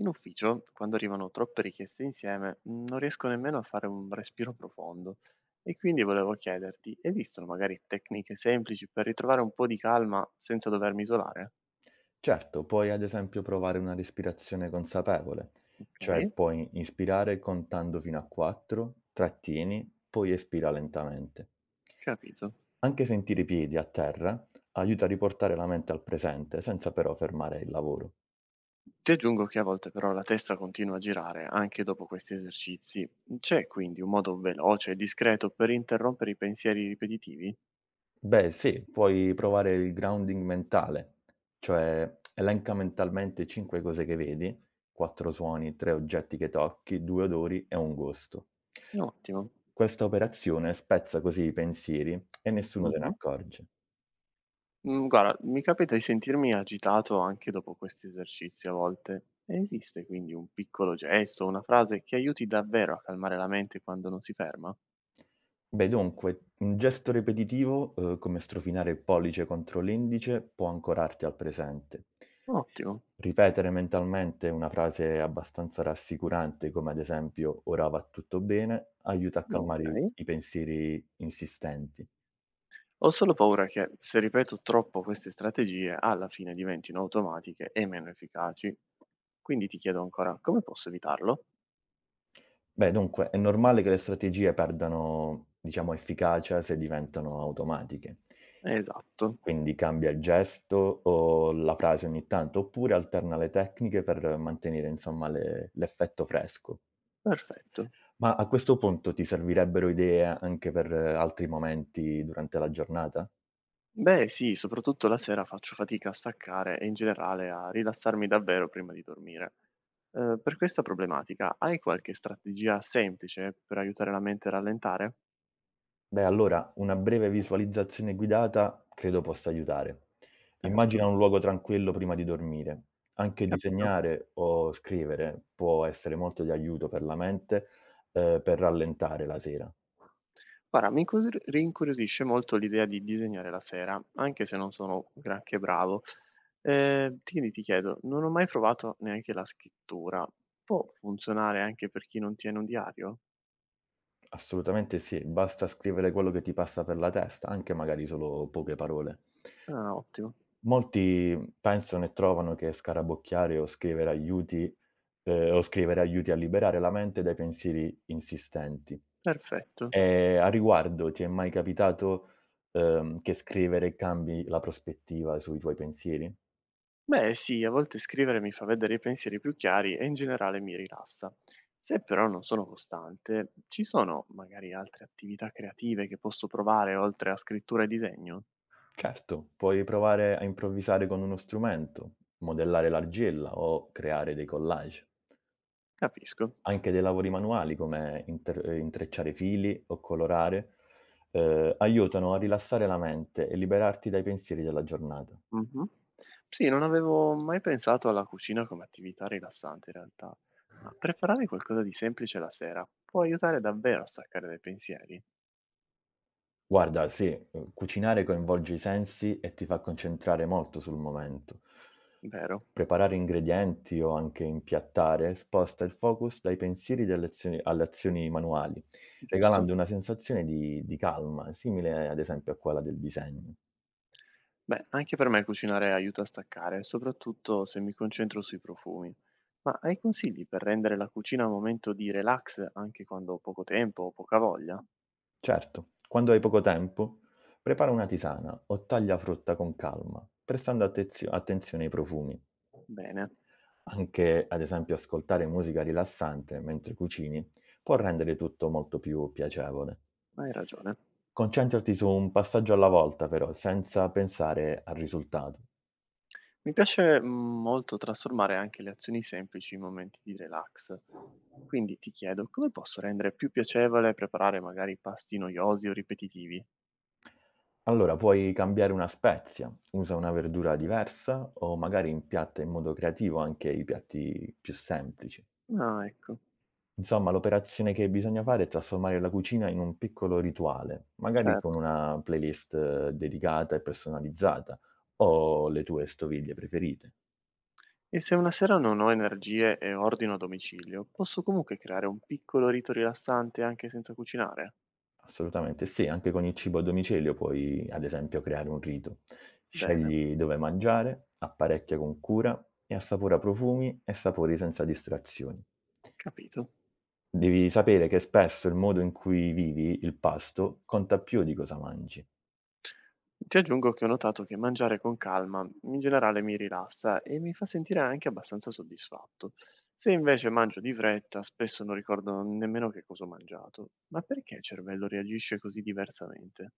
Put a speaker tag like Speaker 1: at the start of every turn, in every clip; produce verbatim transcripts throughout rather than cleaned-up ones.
Speaker 1: In ufficio, quando arrivano troppe richieste insieme, mh, non riesco nemmeno a fare un respiro profondo e quindi volevo chiederti, esistono magari tecniche semplici per ritrovare un po' di calma senza dovermi isolare?
Speaker 2: Certo, puoi ad esempio provare una respirazione consapevole,
Speaker 1: Ok,
Speaker 2: cioè puoi inspirare contando fino a quattro, trattieni, poi espira lentamente.
Speaker 1: capito.
Speaker 2: Anche sentire i piedi a terra aiuta a riportare la mente al presente senza però fermare il lavoro.
Speaker 1: Ti aggiungo che a volte però la testa continua a girare anche dopo questi esercizi. C'è quindi un modo veloce e discreto per interrompere i pensieri ripetitivi?
Speaker 2: Beh sì, puoi provare il grounding mentale, cioè elenca mentalmente cinque cose che vedi, quattro suoni, tre oggetti che tocchi, due odori e un gusto.
Speaker 1: Ottimo.
Speaker 2: Questa operazione spezza così i pensieri e nessuno se ne accorge.
Speaker 1: Mhmm, guarda, mi capita di sentirmi agitato anche dopo questi esercizi a volte. Esiste quindi un piccolo gesto, una frase che aiuti davvero a calmare la mente quando non si ferma?
Speaker 2: Beh, dunque, un gesto ripetitivo, eh, come strofinare il pollice contro l'indice, può ancorarti al presente.
Speaker 1: Ottimo,
Speaker 2: Ripetere mentalmente una frase abbastanza rassicurante, come ad esempio: "Ora va tutto bene", aiuta a calmare i
Speaker 1: okay.
Speaker 2: i pensieri insistenti.
Speaker 1: Ho solo paura che se ripeto troppo queste strategie alla fine diventino automatiche e meno efficaci. Quindi ti chiedo ancora, come posso evitarlo?
Speaker 2: Beh, dunque, è normale che le strategie perdano, diciamo, efficacia se diventano automatiche.
Speaker 1: Esatto,
Speaker 2: Quindi cambia il gesto o la frase ogni tanto, oppure alterna le tecniche per mantenere, insomma, le l'effetto fresco.
Speaker 1: perfetto.
Speaker 2: Ma a questo punto ti servirebbero idee anche per altri momenti durante la giornata?
Speaker 1: Beh, sì, soprattutto la sera faccio fatica a staccare e in generale a rilassarmi davvero prima di dormire. Ehm, per questa problematica hai qualche strategia semplice per aiutare la mente a rallentare?
Speaker 2: Beh, allora una breve visualizzazione guidata credo possa aiutare.
Speaker 1: Certo,
Speaker 2: Immagina un luogo tranquillo prima di dormire. Anche
Speaker 1: capito.
Speaker 2: disegnare o scrivere può essere molto di aiuto per la mente, ehm, per rallentare la sera.
Speaker 1: Guarda, mi incus rincuriosisce molto l'idea di disegnare la sera, anche se non sono granché bravo. Ehm, quindi ti chiedo, non ho mai provato neanche la scrittura. Può funzionare anche per chi non tiene un diario?
Speaker 2: Assolutamente sì, basta scrivere quello che ti passa per la testa, anche magari solo poche parole.
Speaker 1: Ah, ottimo,
Speaker 2: Molti pensano e trovano che scarabocchiare o scrivere aiuti ehm, o scrivere aiuti a liberare la mente dai pensieri insistenti.
Speaker 1: perfetto.
Speaker 2: E a riguardo ti è mai capitato, ehm, che scrivere cambi la prospettiva sui tuoi pensieri?
Speaker 1: Beh, sì, a volte scrivere mi fa vedere i pensieri più chiari e in generale mi rilassa. Se però non sono costante, ci sono magari altre attività creative che posso provare oltre a scrittura e disegno?
Speaker 2: Certo, puoi provare a improvvisare con uno strumento, modellare l'argilla o creare dei collage.
Speaker 1: Capisco.
Speaker 2: Anche dei lavori manuali come inter ehm, intrecciare fili o colorare, ehm, aiutano a rilassare la mente e liberarti dai pensieri della giornata.
Speaker 1: Mhm. Sì, non avevo mai pensato alla cucina come attività rilassante in realtà, ma preparare qualcosa di semplice la sera può aiutare davvero a staccare dai pensieri,
Speaker 2: Guarda sì, uhm, cucinare coinvolge i sensi e ti fa concentrare molto sul momento.
Speaker 1: vero?
Speaker 2: Preparare ingredienti o anche impiattare sposta il focus dai pensieri alle azioni alle azioni manuali,
Speaker 1: Giusto.
Speaker 2: regalando una sensazione di di calma, simile ad esempio a quella del disegno.
Speaker 1: Beh, anche per me cucinare aiuta a staccare, soprattutto se mi concentro sui profumi. Ma hai consigli per rendere la cucina un momento di relax anche quando ho poco tempo o poca voglia?
Speaker 2: Certo, quando hai poco tempo, prepara una tisana o taglia frutta con calma, prestando attezio attenzione ai profumi.
Speaker 1: Bene,
Speaker 2: Anche, ad esempio, ascoltare musica rilassante mentre cucini può rendere tutto molto più piacevole.
Speaker 1: hai ragione.
Speaker 2: Concentrati su un passaggio alla volta però, senza pensare al risultato.
Speaker 1: Mi piace mm, molto trasformare anche le azioni semplici in momenti di relax. Quindi ti chiedo, come posso rendere più piacevole preparare magari pasti noiosi o ripetitivi?
Speaker 2: Allora, puoi cambiare una spezia, usa una verdura diversa o magari impiatta in modo creativo anche i piatti più semplici.
Speaker 1: Ah, ecco,
Speaker 2: Insomma, l'operazione che bisogna fare è trasformare la cucina in un piccolo rituale, magari con
Speaker 1: certo.
Speaker 2: una playlist eh, dedicata e personalizzata o le tue stoviglie preferite.
Speaker 1: E se una sera non ho energie e ordino a domicilio, posso comunque creare un piccolo rito rilassante anche senza cucinare?
Speaker 2: Assolutamente sì, anche con il cibo a domicilio puoi, ad esempio, creare un rito.
Speaker 1: Bene,
Speaker 2: Scegli dove mangiare, apparecchia con cura e assapora profumi e sapori senza distrazioni.
Speaker 1: capito.
Speaker 2: Devi sapere che spesso il modo in cui vivi il pasto conta più di cosa mangi.
Speaker 1: Ti aggiungo che ho notato che mangiare con calma in generale mi rilassa e mi fa sentire anche abbastanza soddisfatto. Se invece mangio di fretta, spesso non ricordo nemmeno che cosa ho mangiato. Ma perché il cervello reagisce così diversamente?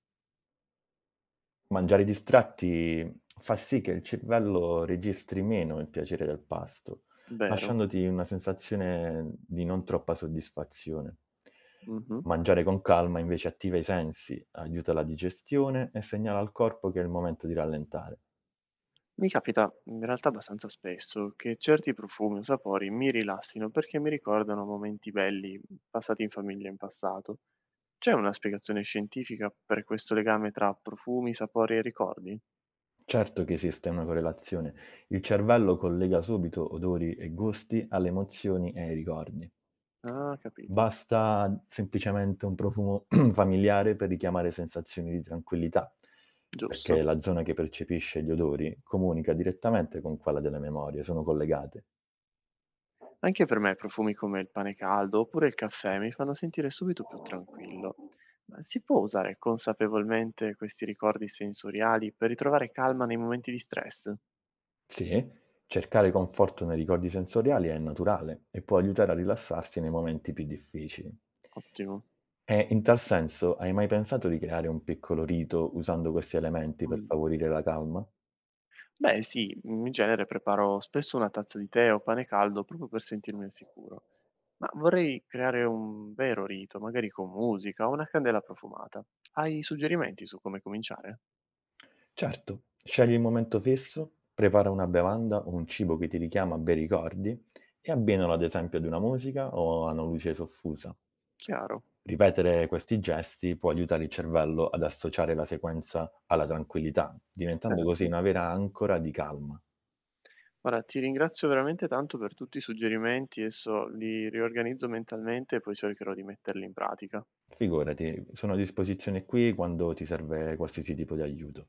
Speaker 2: Mangiare distratti fa sì che il cervello registri meno il piacere del pasto,
Speaker 1: Vero?
Speaker 2: lasciandoti una sensazione di non troppa soddisfazione.
Speaker 1: Mhm.
Speaker 2: Mangiare con calma invece attiva i sensi, aiuta la digestione e segnala al corpo che è il momento di rallentare.
Speaker 1: Mi capita in realtà abbastanza spesso che certi profumi o sapori mi rilassino perché mi ricordano momenti belli passati in famiglia in passato. C'è una spiegazione scientifica per questo legame tra profumi, sapori e ricordi?
Speaker 2: Certo che esiste una correlazione. Il cervello collega subito odori e gusti alle emozioni e ai ricordi.
Speaker 1: Ah, capito.
Speaker 2: Basta semplicemente un profumo familiare per richiamare sensazioni di tranquillità,
Speaker 1: Giusto.
Speaker 2: perché la zona che percepisce gli odori comunica direttamente con quella delle memorie, sono collegate.
Speaker 1: Anche per me profumi come il pane caldo oppure il caffè mi fanno sentire subito più tranquillo. Ma si può usare consapevolmente questi ricordi sensoriali per ritrovare calma nei momenti di stress?
Speaker 2: Sì, cercare conforto nei ricordi sensoriali è naturale e può aiutare a rilassarsi nei momenti più difficili.
Speaker 1: Ottimo.
Speaker 2: E in tal senso, hai mai pensato di creare un piccolo rito usando questi elementi per
Speaker 1: Mm.
Speaker 2: favorire la calma?
Speaker 1: Beh, sì, in genere preparo spesso una tazza di tè o pane caldo proprio per sentirmi al sicuro, ma vorrei creare un vero rito, magari con musica o una candela profumata. Hai suggerimenti su come cominciare?
Speaker 2: Certo, scegli il momento fisso, prepara una bevanda o un cibo che ti richiama a bei ricordi e abbinalo ad esempio ad una musica o a una luce soffusa.
Speaker 1: Chiaro,
Speaker 2: Ripetere questi gesti può aiutare il cervello ad associare la sequenza alla tranquillità, diventando così
Speaker 1: certo.
Speaker 2: una vera ancora di calma.
Speaker 1: Ora ti ringrazio veramente tanto per tutti i suggerimenti, adesso li riorganizzo mentalmente e poi cercherò di metterli in pratica.
Speaker 2: Figurati, sono a disposizione qui quando ti serve qualsiasi tipo di aiuto.